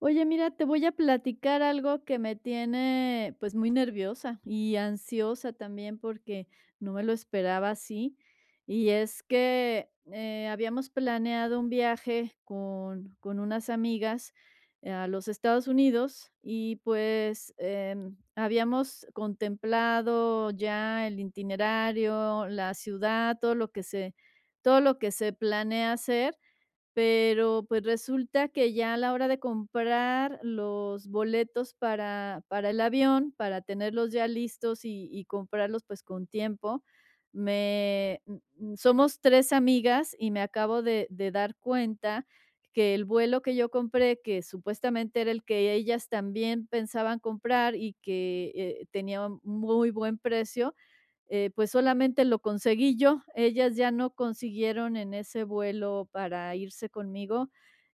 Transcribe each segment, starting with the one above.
Oye, mira, te voy a platicar algo que me tiene pues muy nerviosa y ansiosa también porque no me lo esperaba así. Y es que habíamos planeado un viaje con unas amigas a los Estados Unidos y pues habíamos contemplado ya el itinerario, la ciudad, todo lo que se planea hacer. Pero, pues, resulta que ya a la hora de comprar los boletos para el avión, para tenerlos ya listos y comprarlos, pues, con tiempo, me m m somos 3 amigas y me acabo de dar cuenta que el vuelo que yo compré, que supuestamente era el que ellas también pensaban comprar y que, tenía un muy buen precio, pues solamente lo conseguí yo. Ellas ya no consiguieron en ese vuelo para irse conmigo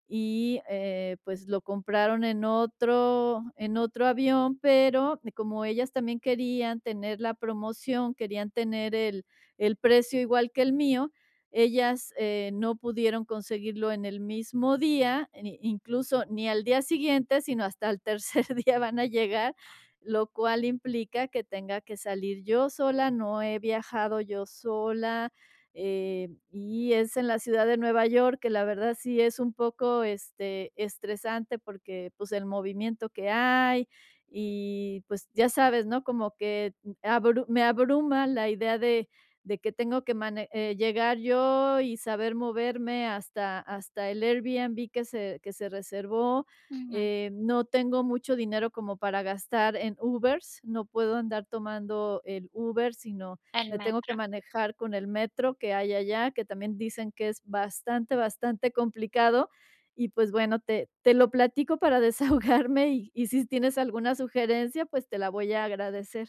y pues lo compraron en otro, avión, pero como ellas también querían tener la promoción, querían tener el precio igual que el mío. Ellas no pudieron conseguirlo en el mismo día, incluso ni al día siguiente, sino hasta el tercer día van a llegar, lo cual implica que tenga que salir yo sola. No he viajado yo sola, y es en la ciudad de Nueva York, que la verdad sí es un poco estresante porque pues el movimiento que hay. Y pues ya sabes, ¿no? Como que me abruma la idea de que tengo que llegar yo y saber moverme hasta el Airbnb que se reservó. Ujú, No tengo mucho dinero como para gastar en Ubers, no puedo andar tomando el Uber, sino el me tengo que metro. manejar con el metro que hay allá, que también dicen que es bastante, bastante complicado. Y pues bueno, te lo platico para desahogarme y si tienes alguna sugerencia, pues te la voy a agradecer.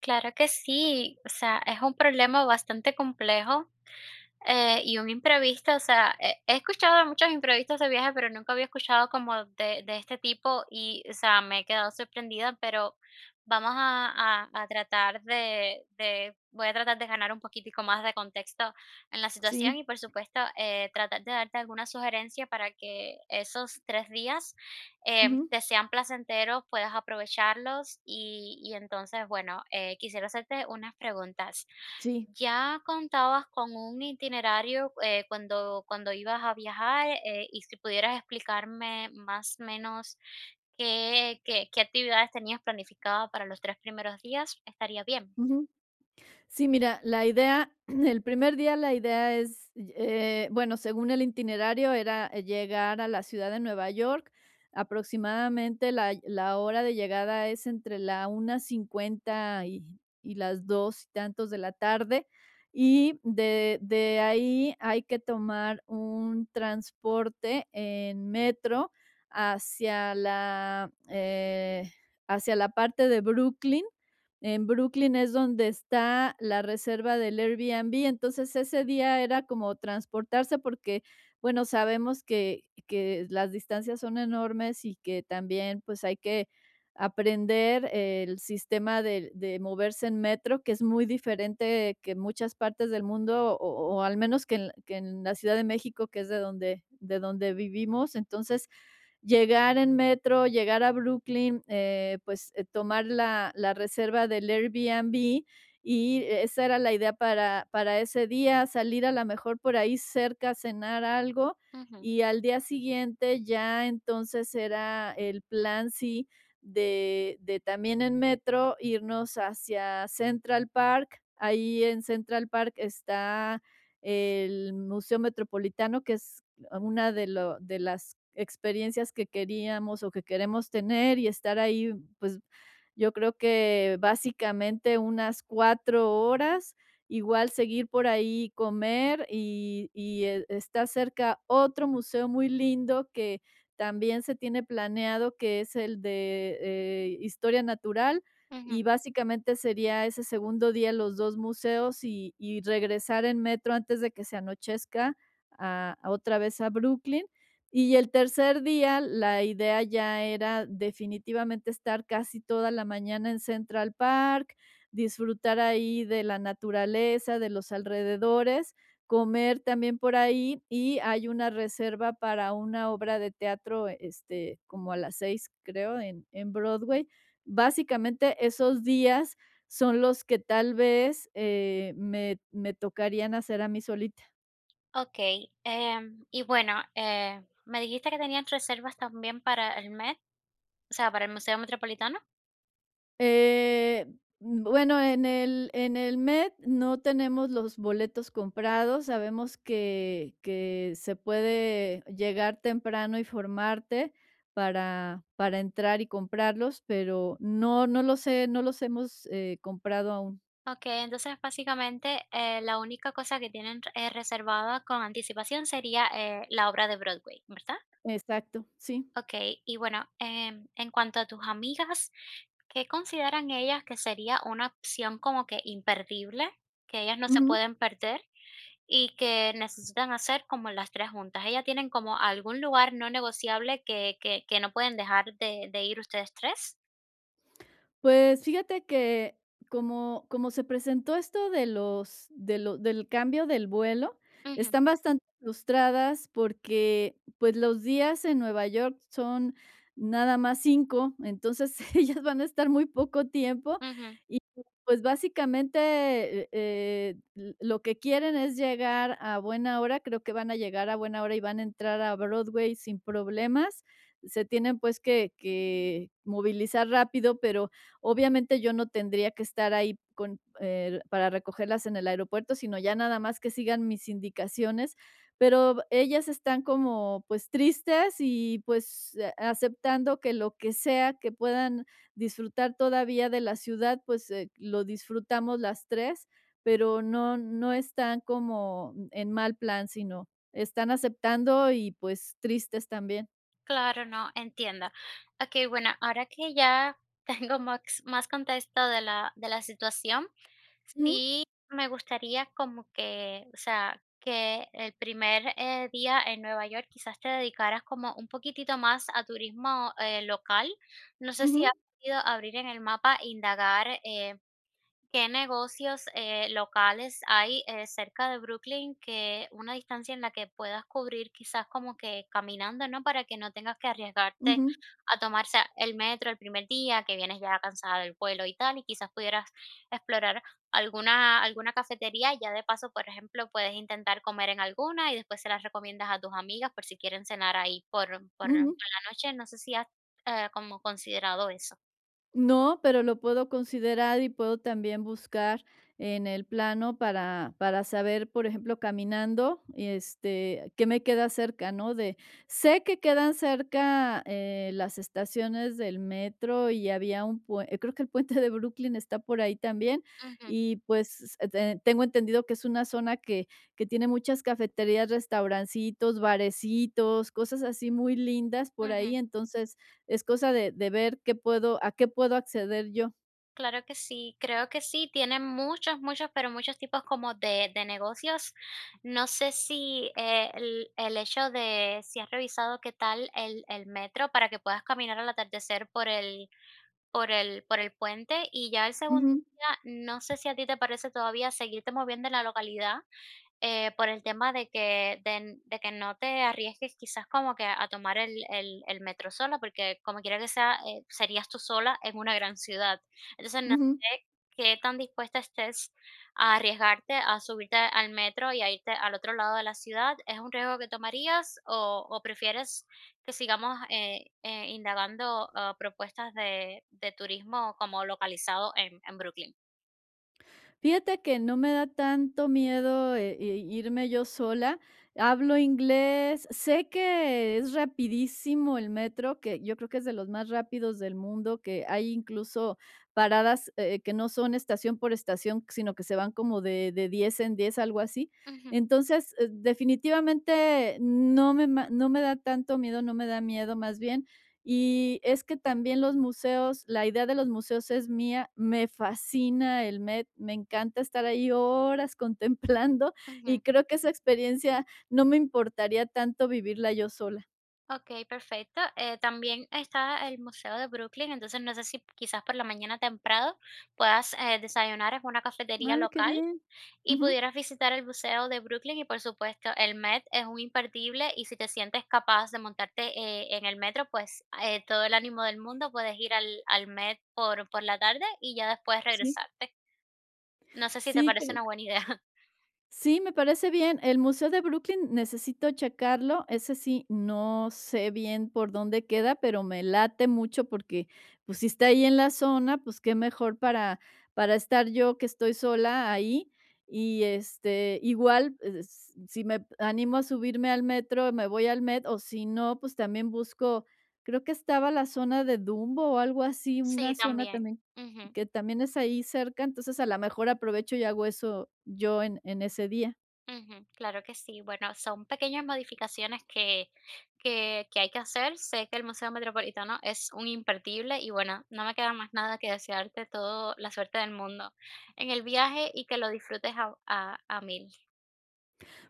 Claro que sí, o sea, es un problema bastante complejo. Y un imprevisto, o sea, he escuchado de muchos imprevistos de viaje, pero nunca había escuchado como de este tipo y, o sea, me he quedado sorprendida, pero vamos a tratar voy a tratar de ganar un poquitico más de contexto en la situación Sí, y, por supuesto, tratar de darte alguna sugerencia para que esos tres días ujú, te sean placenteros, puedas aprovecharlos y entonces, bueno, quisiera hacerte unas preguntas. sí. ¿Ya contabas con un itinerario, cuando ibas a viajar? Y si pudieras explicarme más o menos qué actividades tenías planificada para los 3 primeros días, estaría bien. Ujú. Sí, mira, el primer día la idea es, bueno, según el itinerario era llegar a la ciudad de Nueva York. Aproximadamente la hora de llegada es entre la 1:50 y las 2 y tantos de la tarde. Y de ahí hay que tomar un transporte en metro hacia la, eh, hacia la parte de Brooklyn. En Brooklyn es donde está la reserva del Airbnb, entonces ese día era como transportarse porque, bueno, sabemos que las distancias son enormes y que también, pues, hay que aprender el sistema de moverse en metro, que es muy diferente que muchas partes del mundo, o al menos que en la Ciudad de México, que es de donde vivimos. Entonces, llegar en metro, llegar a Brooklyn, pues, tomar la reserva del Airbnb, y esa era la idea para ese día, salir a la mejor por ahí cerca, cenar algo, Ujú, y al día siguiente ya entonces era el plan, sí, de también en metro irnos hacia Central Park. Ahí en Central Park está el Museo Metropolitano, que es una de las experiencias que queríamos o que queremos tener y estar ahí, pues yo creo que básicamente unas 4 horas, igual seguir por ahí, comer y está cerca otro museo muy lindo que también se tiene planeado, que es el de historia natural. ujú. Y básicamente sería ese segundo día los dos museos y, regresar en metro antes de que se anochezca a otra vez a Brooklyn. Y el tercer día, la idea ya era definitivamente estar casi toda la mañana en Central Park, disfrutar ahí de la naturaleza, de los alrededores, comer también por ahí, y hay una reserva para una obra de teatro, como a las 6, creo, en Broadway. Básicamente esos días son los que tal vez me tocarían hacer a mí solita. Okey, y bueno, me dijiste que tenías reservas también para el Met, o sea, para el Museo Metropolitano. Eh, bueno, en el Met no tenemos los boletos comprados. Sabemos que se puede llegar temprano y formarte para entrar y comprarlos, pero no, no los he no los hemos, comprado aún. Okey, entonces, básicamente, la única cosa que tienen, reservada con anticipación sería, la obra de Broadway, ¿verdad? Exacto, sí. Okey, y bueno, en cuanto a tus amigas, ¿qué consideran ellas que sería una opción como que imperdible, que ellas no se pueden perder y que necesitan hacer como las 3 juntas? ¿Ellas tienen como algún lugar no negociable que que no pueden dejar de ir ustedes tres? Pues fíjate que como se presentó esto de lo del cambio del vuelo, Ujú, están bastante frustradas porque, pues, los días en Nueva York son nada más 5, entonces ellas van a estar muy poco tiempo ujú, y, pues, básicamente, l lo que quieren es llegar a buena hora. Creo que van a llegar a buena hora y van a entrar a Broadway sin problemas. Se tienen, pues, que movilizar rápido, pero obviamente yo no tendría que estar ahí para recogerlas en el aeropuerto, sino ya nada más que sigan mis indicaciones, pero ellas están como pues tristes y pues aceptando que lo que sea que puedan disfrutar todavía de la ciudad, pues lo disfrutamos las tres, pero no, no están como en mal plan, sino están aceptando y pues tristes también. claro, no, entiendo. Okey, bueno, ahora que ya tengo más contexto de la situación. Ujú, Sí, me gustaría como que, o sea, que el primer día en Nueva York quizás te dedicaras como un poquitito más a turismo local. No sé si has ujú, podido abrir en el mapa, indagar. ¿Qué negocios, locales hay, cerca de Brooklyn que una distancia en la que puedas cubrir quizás como que caminando, no?, para que no tengas que arriesgarte ujú, a tomarse el metro el primer día, que vienes ya cansada del vuelo y tal, y quizás pudieras explorar alguna cafetería, y ya de paso, por ejemplo, puedes intentar comer en alguna, y después se las recomiendas a tus amigas por si quieren cenar ahí por ujú. la noche. No sé si has, como considerado eso. No, pero lo puedo considerar y puedo también buscar en el plano para saber, por ejemplo, caminando, qué me queda cerca, ¿no? Sé que quedan cerca las estaciones del metro y había un puente, creo que el puente de Brooklyn está por ahí también, Ujú, y pues tengo entendido que es una zona que tiene muchas cafeterías, restaurancitos, barecitos, cosas así muy lindas por ujú. ahí, entonces es cosa de ver qué puedo a qué puedo acceder yo. Claro que sí, creo que sí, tienen muchos, muchos, pero muchos tipos como de negocios. No sé si el hecho de si has revisado qué tal el metro para que puedas caminar al atardecer por por por el puente y ya el segundo Ujú, día, no sé si a ti te parece todavía seguirte moviendo en la localidad por el tema de que de que no te arriesgues quizás como que a tomar el metro sola, porque como quiera que sea, serías tú sola en una gran ciudad. Entonces, no ujú. sé qué tan dispuesta estés a arriesgarte a subirte al metro y a irte al otro lado de la ciudad. ¿Es un riesgo que tomarías o prefieres que sigamos, indagando, propuestas de turismo como localizado en Brooklyn? Fíjate que no me da tanto miedo, i irme yo sola. Hablo inglés, sé que es rapidísimo el metro, que yo creo que es de los más rápidos del mundo, que hay incluso paradas, que no son estación por estación, sino que se van como de 10 en 10, algo así. Ujú, Entonces, definitivamente no me da tanto miedo, no me da miedo más bien. Y es que también los museos, la idea de los museos es mía, me fascina el Met, me encanta estar ahí horas contemplando, y ujú. creo que esa experiencia no me importaría tanto vivirla yo sola. Okey, perfecto. También está el Museo de Brooklyn, entonces no sé si quizás por la mañana temprano puedas, desayunar en una cafetería Ah, qué local bien. y Ujú, pudieras visitar el Museo de Brooklyn y, por supuesto, el Met es un imperdible y si te sientes capaz de montarte, en el metro, pues, todo el ánimo del mundo, puedes ir al Met por la tarde y ya después sí. regresarte. No sé si te Sí, parece cre una buena idea. sí, me parece bien. El Museo de Brooklyn necesito checarlo. Ese sí, no sé bien por dónde queda, pero me late mucho porque, pues, si está ahí en la zona, pues qué mejor para estar yo que estoy sola ahí. Y igual, si me animo a subirme al metro, me voy al Met, o si no, pues también busco, creo que estaba la zona de Dumbo o algo así, Sí, una zona también. también Ujú. que también es ahí cerca, entonces a lo mejor aprovecho y hago eso yo en ese día. Ujú, claro que sí. Bueno, son pequeñas modificaciones que hay que hacer. Sé que el Museo Metropolitano es un imperdible y bueno, no me queda más nada que desearte toda la suerte del mundo en el viaje y que lo disfrutes a mil.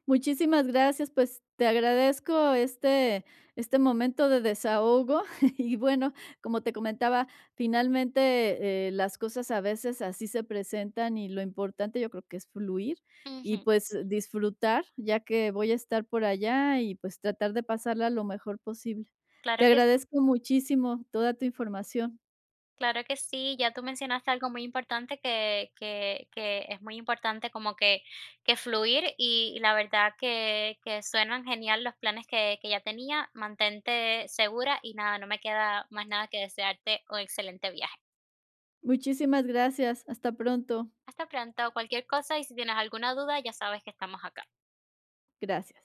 Muchísimas gracias, pues te agradezco este momento de desahogo y bueno, como te comentaba, finalmente las cosas a veces así se presentan y lo importante yo creo que es fluir y Ujú, pues disfrutar, ya que voy a estar por allá y pues tratar de pasarla lo mejor posible. claro Te que sí. agradezco muchísimo toda tu información. Claro que sí, ya tú mencionaste algo muy importante que es muy importante como que fluir y la verdad que suenan genial los planes que ya tenía. Mantente segura y nada, no me queda más nada que desearte un excelente viaje. Muchísimas gracias. Hasta pronto. Hasta pronto, cualquier cosa y si tienes alguna duda ya sabes que estamos acá. Gracias.